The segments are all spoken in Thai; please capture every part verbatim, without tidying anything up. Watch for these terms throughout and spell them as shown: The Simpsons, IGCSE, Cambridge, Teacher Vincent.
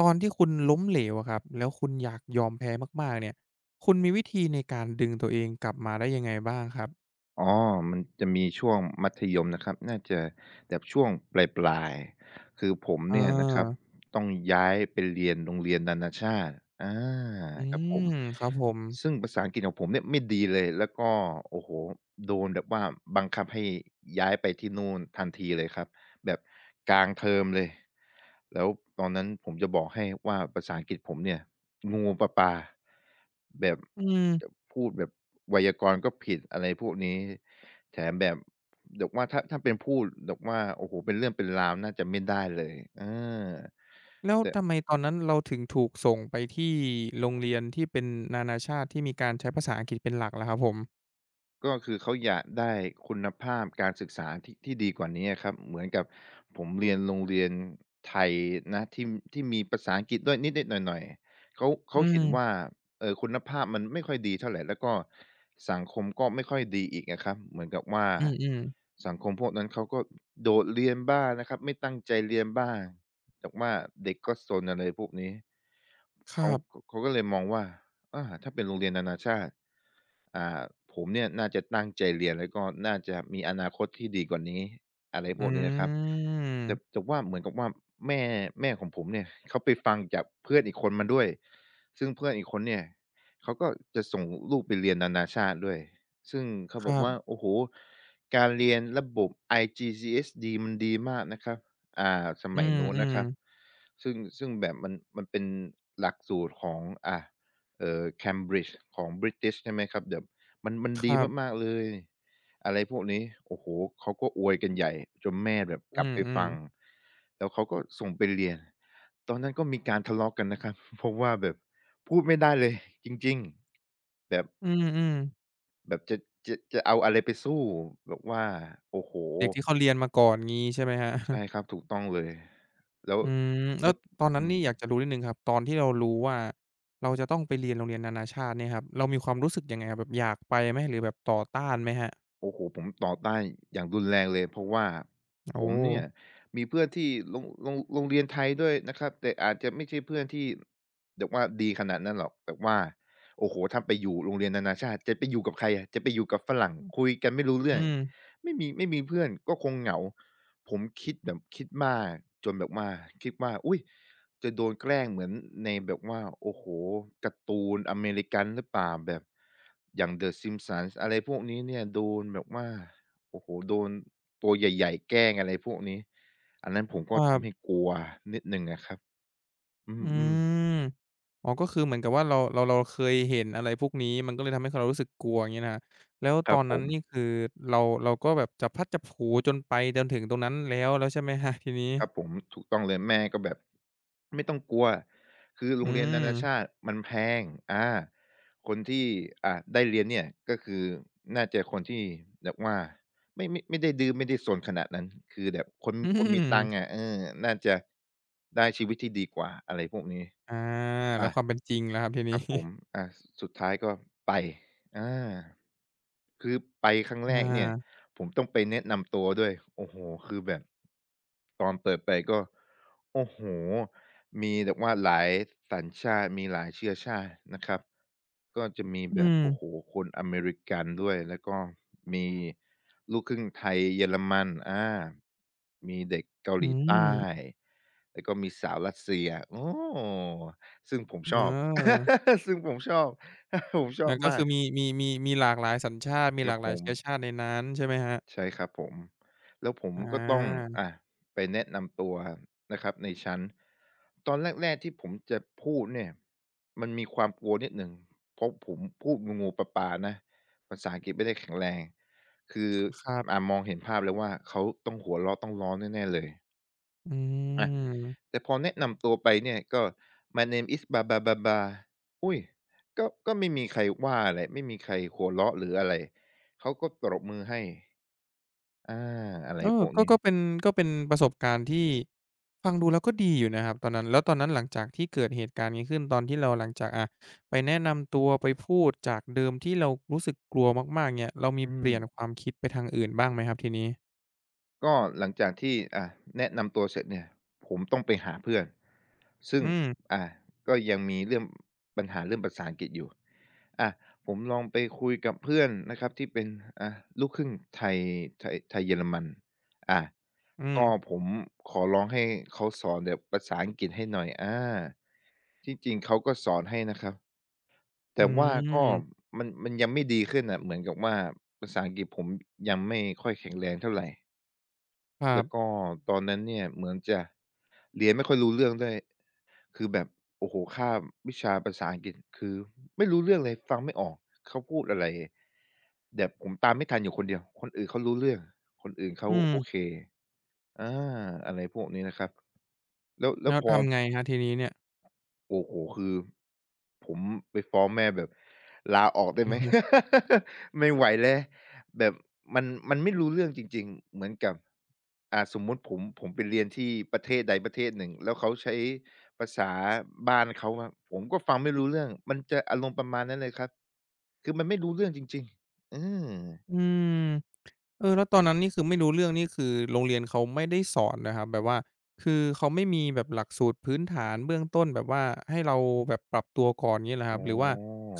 ตอนที่คุณล้มเหลวอะครับแล้วคุณอยากยอมแพ้มากๆเนี่ยคุณมีวิธีในการดึงตัวเองกลับมาได้ยังไงบ้างครับอ๋อมันจะมีช่วงมัธยมนะครับ น่าจะแบบช่วงปลายๆ คือผมเอเนี่ยนะครับอต้องย้ายไปเรียนโรงเรียนนานาชาติอาอืครับผมมครับผมซึ่งภาษาอังกฤษของผมเนี่ยไม่ดีเลย แล้วก็โอ้โฮโดนแบบว่าบังคับให้ย้ายไปที่นู่นทันทีเลยครับ แบบกลางเทอมเลย แล้วตอนนั้นผมจะบอกให้ว่าภาษาอังกฤษผมเนี่ยงูปลาแบบอืมจะพูดแบบไวยากรณ์ก็ผิดอะไรพวกนี้ แถมแบบแบบว่าถ้าถ้าเป็นพูดแบบว่าโอ้โฮเป็นเรื่องเป็นราวน่าจะไม่ได้เลยเออแล้วแต่ ทำไมตอนนั้นเราถึงถูกส่งไปที่โรงเรียนที่เป็นนานาชาติที่มีการใช้ภาษาอังกฤษเป็นหลักล่ะครับผมก็คือเขาอยากได้คุณภาพการศึกษาที่ที่ดีกว่านี้อะครับเหมือนกับผมเรียนโรงเรียนไทยนะที่ที่มีภาษาอังกฤษด้วยนิดๆหน่อยๆเขาอืเขามเห็นว่าเอ่อคุณภาพมันไม่ค่อยดีเท่าไรแล้วก็สังคมก็ไม่ค่อยดีอีกอะครับเหมือนกับว่าอืมๆสังคมพวกนั้นเขาก็โดดเรียนบ้างนะครับไม่ตั้งใจเรียนบ้างแต่ว่าเด็กก็ซนอะไรพวกนี้ครัเขาบเขาก็เลยมองว่า อาถ้าเป็นโรงเรียนนานาชาติอ่าผมเนี่ยน่าจะตั้งใจเรียนแล้วก็น่าจะมีอนาคตที่ดีกว่านี้อะไรอืพวกนี้นะครับ แต่มแต่ว่าเหมือนกับว่าแม่แม่ของผมเนี่ยเขาไปฟังจากเพื่อนอีกคนมาด้วยซึ่งเพื่อนอีกคนเนี่ยเขาก็จะส่งลูกไปเรียนนานาชาติด้วยซึ่งเขาคบรัอกว่าบโอ้โฮการเรียนระบบ ไอ จี ซี เอส อี มันดีมากนะครับอ่าสอืมัยนู้นนะครับมซึ่งซึ่งแบบมันมันเป็นหลักสูตรของอ่า เอ่อ Cambridge ของ British ใช่ไหมครับแบบมันมันๆคดีรับมากๆเลยอะไรพวกนี้โอ้โฮเขาก็อวยกันใหญ่จนแม่แบบอืกลับไปมฟังๆแล้วเขาก็ส่งไปเรียนตอนนั้นก็มีการทะเลาะกันนะครับ เพราะว่าแบบพูดไม่ได้เลยจริงๆแบบอืมๆแบบจะจะจะเอาอะไรไปสู้แบบว่าโอ้โฮเด็กที่เขาเรียนมาก่อนงี้ใช่ไหมครับ ใช่ครับถูกต้องเลยแล้วอืมแล้วแล้วตอนนั้นอืนี่ม อยากจะรู้นิดหนึ่งครับตอนที่เรารู้ว่าเราจะต้องไปเรียนโรงเรียนนานาชาติเนี่ยครับเรามีความรู้สึกยังไงครับแบบอยากไปไหมหรือแบบต่อต้านไหมครับโอ้โฮผมต่อต้านอย่างรุนแรงเลยเพราะว่าโอ้ผมเนี่ยมีเพื่อนที่โรงโรงโรงเรียนไทยด้วยนะครับแต่อาจจะไม่ใช่เพื่อนที่แบบว่าดีขนาดนั้นหรอกแต่ว่าโอ้โฮถ้าไปอยู่โรงเรียนนานาชาติจะไปอยู่กับใครอะจะไปอยู่กับฝรั่งคุยกันไม่รู้เรื่อืองมไม่มีไม่มีเพื่อนก็คงเหงาผมคิดแบบคิดมากจนแบบว่าคิดว่าอุ๊ย จะโดนแกล้งเหมือนในแบบว่าโอ้โฮการ์ตูนอเมริกันหรือเปล่าแบบอย่าง The Simpsons อะไรพวกนี้เนี่ยโดนแบบว่าโอ้โฮโดนตัวใหญ่ๆแกล้งอะไรพวกนี้อันนั้นผมคก็รัทำให้บกลัวนิดหนึ่งอะครับอือืมๆมอ๋อก็คือเหมือนกับว่าเราเราเราเคยเห็นอะไรพวกนี้มันก็เลยทำให้เรารู้สึกกลัวอย่างงี้นะครับแล้วคตอรับนผนั้นม นี่คือเราเราก็แบบจะพลัดจะผลูจนไปจนถึงตรงนั้นแล้วแล้วใช่ไหมครับทีนี้ครับผมถูกต้องเลยแม่ก็แบบไม่ต้องกลัวคือโรอืงเรียนนานาชามติมันแพงอาคนที่อ่าได้เรียนเนี่ยก็คือน่าจะคนที่แบบว่าไม่ไม่ไม่ได้ดื้อไม่ได้ซนขนาดนั้นคือแบบคนอืคนมีตังค์อะมเออน่าจะได้ชีวิตที่ดีกว่าอะไรพวกนี้อาแล้อา วความเป็นจริงล่ะครับทีคนี้รับผมอาสสุดท้ายก็ไปอาคือไปครั้งแรอกเนี่ยาผมต้องไปแนะนำตัวด้วยโอ้โฮคือแบบตอนเปิดไปก็โอ้โฮมีแบบว่าหลายสัญชาติมีหลายเชื้อชาตินะครับก็จะมีอืแบบมโอ้โฮคนอเมริกันด้วยแล้วก็มีลูกครึ่งไทยเยอรมันอามีเด็กเกาอืหลีใต้ม แล้วก็มีสาวรัสเซียโอ้ ซึ่งผมชเอออบ ซึ่งผมชอบ ผมชออาบก็มาคือกมีมีมีมีหลากหลายสัญชาติมีคหรัลาบกหผลายมเชื้อชาติในนั้นใช่ไหมครับใช่ครับผมแล้วผมอก็ต้องาอ่ะไปแนะนำตัวนะครับในชั้นตอนแรกๆที่ผมจะพูดเนี่ยมันมีความกลัวนิดหนึ่งเพราะผมพูดงูๆปลานะภาษาอังกฤษไม่ได้แข็งแรงคือครับอ่ามองเห็นภาพเลยว่าเขาต้องหัวเราะต้องร้องแน่ๆเลยอือ มแต่พอแนะนำตัวไปเนี่ยก็ "My name is บาบาบาบา b l อุ้ยก็ก็ไม่มีใครว่าอะไรไม่มีใครหัวเราะหรืออะไรเขาก็ปรบมือให้อาอะไรเอพอวกก็นี้ก็เป็นก็เป็นประสบการณ์ที่ฟังดูแล้วก็ดีอยู่นะครับตอนนั้นแล้วตอนนั้นหลังจากที่เกิดเหตุการณ์นี้ขึ้นตอนที่เราหลังจากอ่าไปแนะนำตัวไปพูดจากเดิมที่เรารู้สึกกลัวมากๆเนี่ยเรามีอืเปมลี่ยนความคิดไปทางอื่นบ้างไหมครับทีนี้ก็หลังจากที่อ่าแนะนำตัวเสร็จเนี่ยผมต้องไปหาเพื่อน ซึ่งอืมอ่าก็ยังมีเรื่องปัญหาเรื่องภาษาอังกฤษอยู่อ่าผมลองไปคุยกับเพื่อนนะครับที่เป็นอ่าลูกครึ่งไทยไทยไทยเยอรมันอ่าอืก็มผมขอร้องให้เขาสอนแบบภาษาอังกฤษให้หน่อยอาที่จริงเขาก็สอนให้นะครับอืแต่ว่าก็มมันมันยังไม่ดีขึ้นน่ะเหมือนกับว่าภาษาอังกฤษผมยังไม่ค่อยแข็งแรงเท่าไร ครัแล้วก็บตอนนั้นเนี่ยเหมือนจะเรียนไม่ค่อยรู้เรื่องด้วยคือแบบโอ้โฮข้ามวิชาภาษาอังกฤษคือไม่รู้เรื่องเลยฟังไม่ออกเขาพูดอะไรแบบผมตามไม่ทันอยู่คนเดียวคนอื่นเขารู้เรื่องคนอื่นเขาอืโอเคมอาอะไรพวกนี้นะครับแล้วแล้แล้ววพอ ทำไงครับทีนี้เนี่ยโอ้โฮคือผมไปฟ้องแม่แบบลาออกได้อืไหม อฮึ ไม่ไหวแล้วแบบมันมันไม่รู้เรื่องจริงๆเหมือนกับอ่าสมมุติผมผมไปเรียนที่ประเทศใดประเทศหนึ่งแล้วเขาใช้ภาษาบ้านเขาอะผมก็ฟังไม่รู้เรื่องมันจะอารมณ์ประมาณนั้นเลยครับคือมันไม่รู้เรื่องจริงๆอืมอืม เออแล้วตอนนั้นนี่คือไม่รู้เรื่องนี่คือโรงเรียนเขาไม่ได้สอนนะครับแบบว่าคือเขาไม่มีแบบหลักสูตรพื้นฐานเบื้องต้นแบบว่าให้เราแบบปรับตัวก่อนงี้เหรอครัอ๋บหรือว่า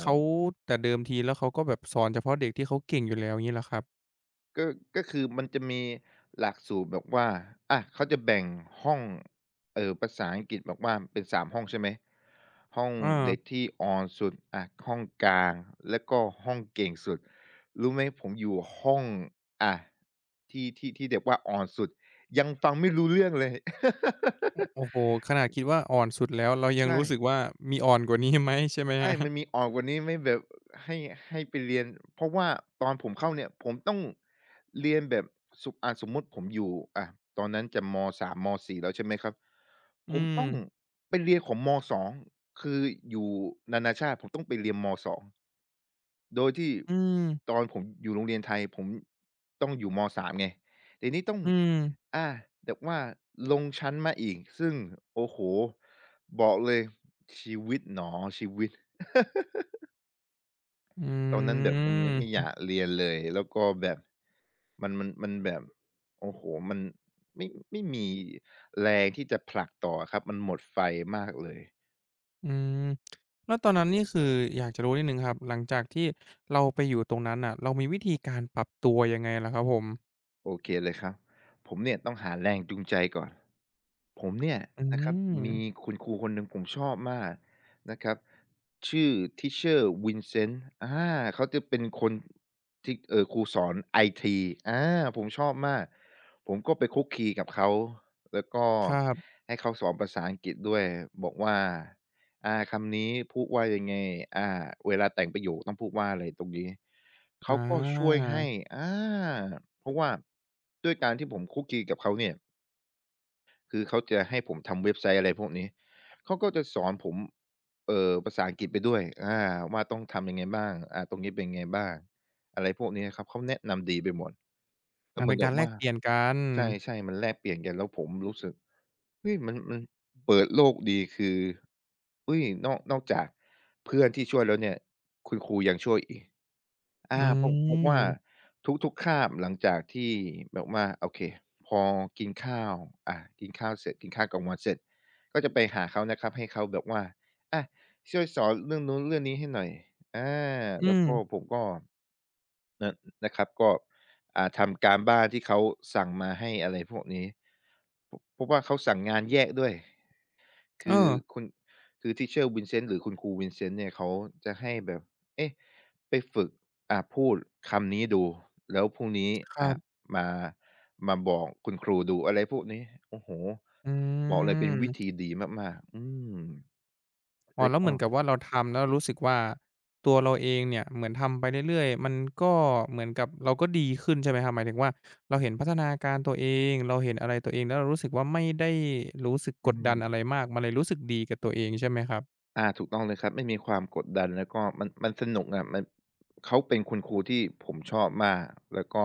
เขาแต่เดิมทีแล้วเขาก็แบบสอนเฉพาะเด็กที่เขาเก่งอยู่แล้วงี้เหรอครับก็ก็คือมันจะมีหลักสูตรแบบว่าอาเขาจะแบ่งห้องเอ่อภาษาอังกฤษบอกว่าเป็นสามห้องใช่ไหม ห้องอาเด็กที่อ่อนสุดอาห้องกลาง แล้วก็ห้องเก่งสุด รู้ไหมผมอยู่ห้องอาที่ที่ที่แบบว่าอ่อนสุด ยังฟังไม่รู้เรื่องเลย โอ้โฮขนาดคิดว่าอ่อนสุดแล้วเรายังใช่ รู้สึกว่ามีอ่อนกว่านี้ ไหมใช่ไหมคใช่รับมันมีออกกว่านี้ไหมแบบให้ให้ไปเรียนเพราะว่าตอนผมเข้าเนี่ยผมต้องเรียนแบบสุอ่าสมมุติผมอยู่อ่าตอนนั้นจะมสามมสี่แล้วใช่ไหมครับอืผมมต้องไปเรียนของมสองคืออยู่นานาชาติผมต้องไปเรียนมสองโดยที่อืมตอนผมอยู่โรงเรียนไทยผมต้องอยู่มสามไงทีนี้ต้องอืมอาแบบว่าลงชั้นมาอีกซึ่งโอ้โฮบอกเลยชีวิตหนอชีวิต อืตอนนั้นแบบไม่ไม่อม ยากเรียนเลยแล้วก็แบบมันมันมันแบบโอ้โหมันไม่ไม่มีแรงที่จะผลักต่อครับมันหมดไฟมากเลย อืมแล้วตอนนั้นนี่คืออยากจะรู้นิดหนึ่งครับหลังจากที่เราไปอยู่ตรงนั้นน่ะเรามีวิธีการปรับตัวยังไงล่ะครับผมโอเคเลยครับผมเนี่ยต้องหาแรงจูงใจก่อนผมเนี่ยอืนะครับมมีคุณครูคนหนึ่งผมชอบมากนะครับชื่อ Teacher Vincent อาเขาจะเป็นคนที่เอ่อครูสอนไอทีอาผมชอบมากผมก็ไปคลุกคลีกับเขาแล้วก็ครับให้เขาสอนภาษาอังกฤษด้วยบอกว่า อาคำนี้พูดว่ายังไงอาเวลาแต่งประโยคต้องพูดว่าอะไรตรงนี้อเขาก็ช่วยาให้อาเพราะว่าด้วยการที่ผมคุกคีกับเขาเนี่ยคือเขาจะให้ผมทำเว็บไซต์อะไรพวกนี้เขาก็จะสอนผมเอ่อภาษาอังกฤษไปด้วยอาว่าต้องทำยังไงบ้างอาตรงนี้เป็นยังไงบ้างอะไรพวกนี้ครับเขาแนะนำดีไปหมดก็อาเหมืเป็อนนกักาบรแลกว่าเปลี่ยนกันใช่ๆมันแลกเปลี่ยนกันแล้วผมรู้สึก เฮ้ยมันมันเปิดโลกดีคือเฮ้ยนอกนอกจากเพื่อนที่ช่วยแล้วเนี่ยคุณครูยังช่วยอีกอือาผมพบว่ามทุกๆคาบหลังจากที่แบบว่าโอเคพอกินข้าวอากินข้าวเสร็จกินข้าวกลางวันเสร็จก็จะไปหาเขานะครับให้เขาแบบว่าอาช่วยสอนเรื่องนู้นเรื่องนี้ให้หน่อยอาแล้อืวมก็ผมก็นะนะครับก็อ่าทำการบ้านที่เขาสั่งมาให้อะไรพวกนี้พพบว่าเขาสั่งงานแยกด้วย เอคืออคุณคือ Teacher Vincent หรือคุณครู Vincent เนี่ยเขาจะให้แบบเอ๊ะไปฝึกอ่าพูดคำนี้ดูแล้วพรุ่งนี้ครัอ่าบมามาบอกคุณครูดูอะไรพวกนี้โอ้โฮอืบอกเลยเป็นวิธีม ดีมากๆอืมอ๋อแล้วแล้วเหก็มือนกับว่าเราทำแล้วรู้สึกว่าตัวเราเองเนี่ยเหมือนทำไปเรื่อยๆมันก็เหมือนกับเราก็ดีขึ้นใช่ไหมครับหมายถึงว่าเราเห็นพัฒนาการตัวเองเราเห็นอะไรตัวเองแล้วเรารู้สึกว่าไม่ได้รู้สึกอืกดดันอะไรม มากมันเลยรู้สึกดีกับตัวเองใช่ไหมครับอาถูกต้องเลยครับไม่มีความกดดันแล้วก็มันมันสนุกอะมันเขาเป็นคุณครูที่ผมชอบมากแล้วก็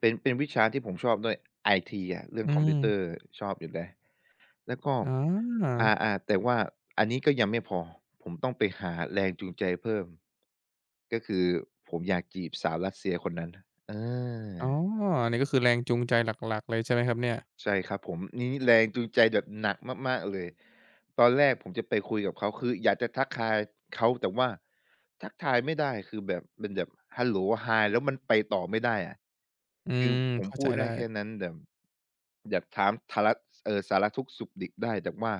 เป็นเป็นวิชาที่ผมชอบด้วยไอทีอะเรื่องอืคอมพิมวเตอร์ชอบอยู่แล้วแล้วก็อาอาๆแต่ว่าอันนี้ก็ยังไม่พอผมต้องไปหาแรงจูงใจเพิ่มก็คือผมอยากจีบสาวรัสเซียคนนั้นเออ อ๋ออันนี้ก็คือแรงจูงใจหลักๆเลยใช่ไหมครับเนี่ยใช่ครับผมนี่แรงจูงใจแบบหนักมากๆเลยตอนแรกผมจะไปคุยกับเขาคืออยากจะทักทายเขาแต่ว่าทักทายไม่ได้คือแบบเป็นแบบฮัลโหล Hi แล้วมันไปต่อไม่ได้อะอืคือมผมเข้าใจพูดได้ได้แค่นั้นแบบอยากถามทาระเอ่อสารทุกข์สุขดิบได้แต่ว่า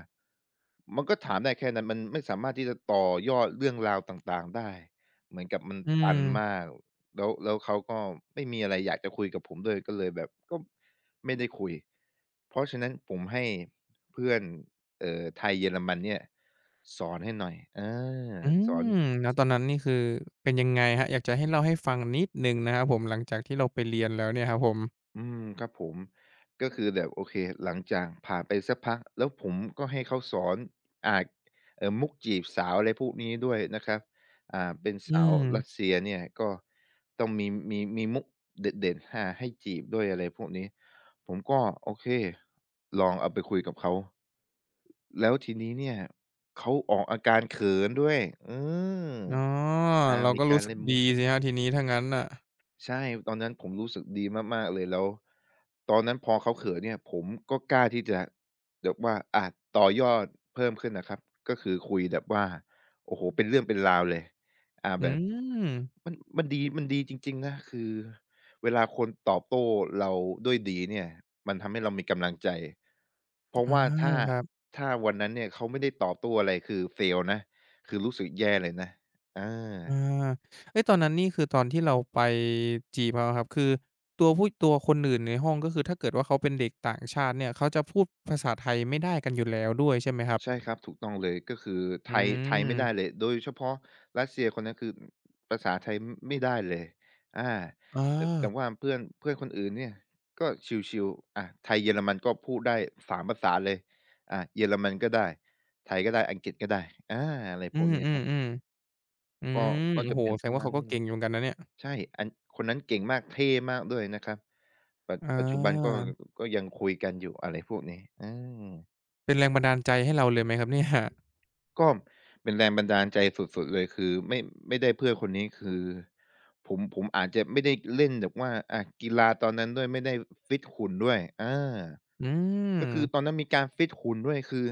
มันก็ถามได้แค่นั้นมันไม่สามารถที่จะต่อยอดเรื่องราวต่างๆได้เหมือนกับมันอืมตันมากแล้วแล้วเขาก็ไม่มีอะไรอยากจะคุยกับผมด้วยก็เลยแบบก็ ไม่ได้คุยเพราะฉะนั้นผมให้เพื่อนเอ่อไทยเยอรมันเนี่ยสอนให้หน่อยอาอืสอนมแล้วตอนนั้นนี่คือเป็นยังไงครับอยากจะให้เล่าให้ฟังนิดหนึ่งนะครับผมหลังจากที่เราไปเรียนแล้วเนี่ยครับผมอืมครับผมก็คือแบบโอเคหลังจากผ่านไปสักพัก แล้วผมก็ให้เขาสอนอ่าเอ่อมุกจีบสาวอะไรพวกนี้ด้วยนะครับอ่าเป็นอืสาวม รัสเซียเนี่ยก็ต้องมีมีมีมุกเด็ดๆอ่าให้จีบด้วยอะไรพวกนี้ ผมก็โอเคลองเอาไปคุยกับเขา แล้วทีนี้เนี่ยเขาออกอาการเขินด้วยเอออ๋ออาเรามีก็การู้รสึกเล่นมุดีกสิครับทีนี้ถ้างั้นน่ะใช่ตอนนั้นผมรู้สึกดีมากๆเลยแล้วตอนนั้นพอเขาเขินเนี่ยผมก็กล้าที่จะแบบว่าอาต่อยอดเพิ่มขึ้นนะครับ ก็คือคุยแบบว่าโอ้โฮเป็นเรื่องเป็นราวเลยอาอืแบบ มมันมันดีมันดีจริงๆนะคือเวลาคนตอบโต้เราด้วยดีเนี่ยมันทำให้เรามีกำลังใจเพราะอาว่าถ้าครับถ้าวันนั้นเนี่ยเขาไม่ได้ตอบโต้อะไรคือ fail นะคือรู้สึกแย่เลยนะอา อาเฮ้ยตอนนั้นนี่คือตอนที่เราไปจีบเขาอะครับคือตัวผู้ตัวคนอื่นในห้องก็คือถ้าเกิดว่าเขาเป็นเด็กต่างชาติเนี่ยเขาจะพูดภาษาไทยไม่ได้กันอยู่แล้วด้วยใช่ไหมครับใช่ครับถูกต้องเลยก็คือไทอืยไทยไม่ได้เลมยโดยเฉพาะรัสเซียคนนั้นคือภาษาไทยมไม่ได้เลยอาอาแต่แต่ว่าเพื่อนเพื่อนคนอื่นเนี่ยก็ชิลๆอาไทยเยอรมันก็พูดได้สามภาษาเลยอาเยอรมันก็ได้ไทยก็ได้อังกฤษก็ได้อาอะไรอืพวกนี้ครับมๆๆอืก็มก็โอ้จะโฮเป็นแสปดงระว่ามาณเขาก็นี้เลเก่ยงอยู่เหมือนกันนะเนี่ยใช่อันคนนั้นเก่งมากเท่มากด้วยนะครับปัจอปัจจุบันก็าก็ยังคุยกันอยู่อะไรพวกนี้อา เป็นแรงบันดาลใจให้เราเลยไหมครับเนี่ยก็เป็นแรงบันดาลใจสุดๆเลยคือไม่ไม่ได้เพื่อนคนนี้คือผมผมอาจจะไม่ได้เล่นแบบว่าอากีฬาตอนนั้นด้วยไม่ได้ฟิตหุ่นด้วยอา อืก็มคือตอนนั้นมีการฟิตหุ่นด้วยคือ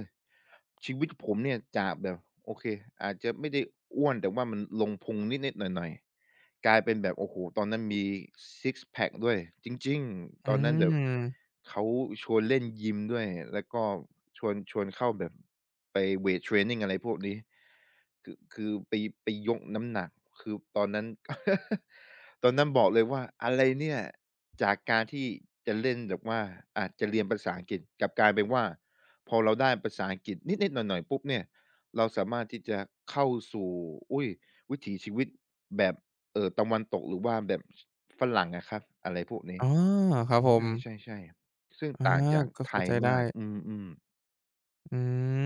ชีวิตผมเนี่ยจากแบบโอเคอาจจะไม่ได้อ้วนแต่ว่ามันลงพุงนิดๆหน่อยๆกลายเป็นแบบโอ้โฮตอนนั้นมี Six Pack ด้วยจริงอืๆตอนนั้นแบบมเขาชวนเล่นยิมด้วยแล้วก็ชวนชวนเข้าแบบไปเวตเทรนนิงอะไรพวกนี้ คือคือไปไปยกน้ำหนักคือตอนนั้น ตอนนั้นบอกเลยว่าอะไรเนี่ยจากการที่จะเล่นแบบว่าอาจจะเรียนภาษาอังกฤษกลับกลายเป็นว่าพอเราได้ภาษาอังกฤษนิดๆหน่อยๆปุ๊บเนี่ยเราสามารถที่จะเข้าสู่อุ๊ยวิถีชีวิตแบบเอ่อตะวันตกหรือว่าแบบฝรั่งอะครับอะไรพวกนี้อ๋อครับผม ใช่ๆๆซึ่งอาต่างจากก็ไทเข้ายใจได้มากอืมๆอื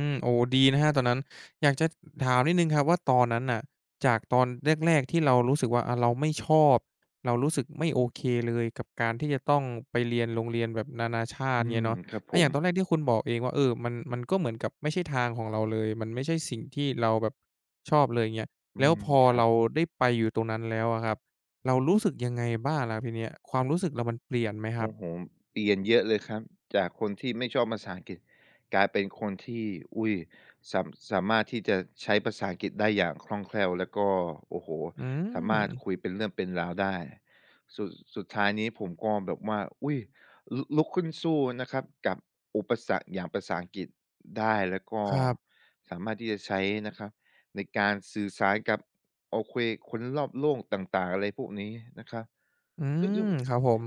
มโอ้ดีนะครับตอนนั้นอยากจะถามนิดหนึ่งครับว่าตอนนั้นน่ะจากตอนแรกๆที่เรารู้สึกว่าอาเราไม่ชอบเรารู้สึกไม่โอเคเลยกับการที่จะต้องไปเรียนโรงเรียนแบบนานาชาติอืเงี้มยเนาะครับผอาอมย่างตอนแรกที่คุณบอกเองว่าเออมันมันก็เหมือนกับไม่ใช่ทางของเราเลยมันไม่ใช่สิ่งที่เราแบบชอบเลยเงี้ยอืแล้วมพอครัเราบ ได้ไปอยู่ตรงนั้นแล้วอะครับเรารู้สึกยังไงบ้างล่ะทีเนี้ยความรู้สึกเรามันเปลี่ยนไหมครับโอ้โฮเปลี่ยนเยอะเลยครับ จากคนที่ไม่ชอบภาษาอังกฤษกลายเป็นคนที่อุ๊ยสามสามารถที่จะใช้ภาษาอังกฤษได้อย่างคล่องแคล่วแล้วก็โอ้โฮอืสามารถคุมยเป็นเรื่องเป็นราวได้สุดสุดท้ายนี้ผมก็แบบว่าอุ๊ยลุลุกขึ้นสู้นะครับกับอุปสรรคอย่างภาษาอังกฤษได้แล้วก็ครับ สามารถที่จะใช้นะครับในการสื่อสารกับโอเคคนรอบโลกต่างๆอะไรพวกนี้นะครับอืซึ่งซึ่ง มครับผม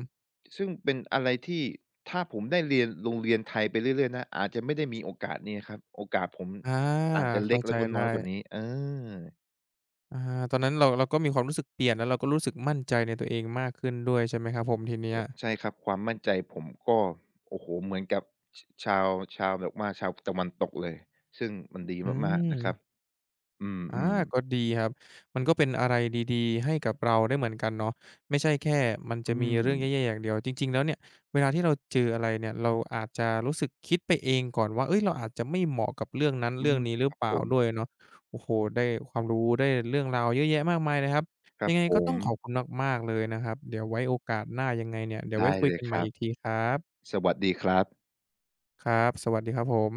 ซึ่งเป็นอะไรที่ถ้าผมได้เรียนโรงเรียนไทยไปเรื่อยๆนะอาจจะไม่ได้มีโอกาสนี้ครับโอกาสผมอาอาจจะเล็เข้ากใจแล้วก็ได้น้อยกว่านี้เอออาตอนนั้นเราเราก็มีความรู้สึกเปลี่ยนแล้วเราก็รู้สึกมั่นใจในตัวเองมากขึ้นด้วยใช่ไหมครับผมทีเนี้ยใช่ครับความมั่นใจผมก็โอ้โฮเหมือนกับชชาวชาวแบบว่าชาวตะวันตกเลยซึ่งมันดีอืมากๆนะครับม อือามๆก็ดีครับ มันก็เป็นอะไรดีๆให้กับเราได้เหมือนกันเนาะไม่ใช่แค่มันอืจะมีเรื่องแย่ๆมอย่างเดียวจริงๆแล้วเนี่ยเวลาที่เราเจออะไรเนี่ยเราอาจจะรู้สึกคิดไปเองก่อนว่าเฮ้ยเราอาจจะไม่เหมาะกับเรื่องนั้นอืเรื่องมนี้หรืคอรับเปผล่ามด้วยเนาะโอ้โฮได้ความรู้ได้เรื่องราวเยอะแยะมากมายเลยครับครัยับงไงผก็ต้มองขอบคุณมากๆเลยนะครับเดี๋ยวไว้โอกาสหน้ายังไงเนี่ยเดี๋ยวไว้ได้คุยเลยกันคใหม่รับอีกทีครับสวัสดีครับครับสวัสดีครับผม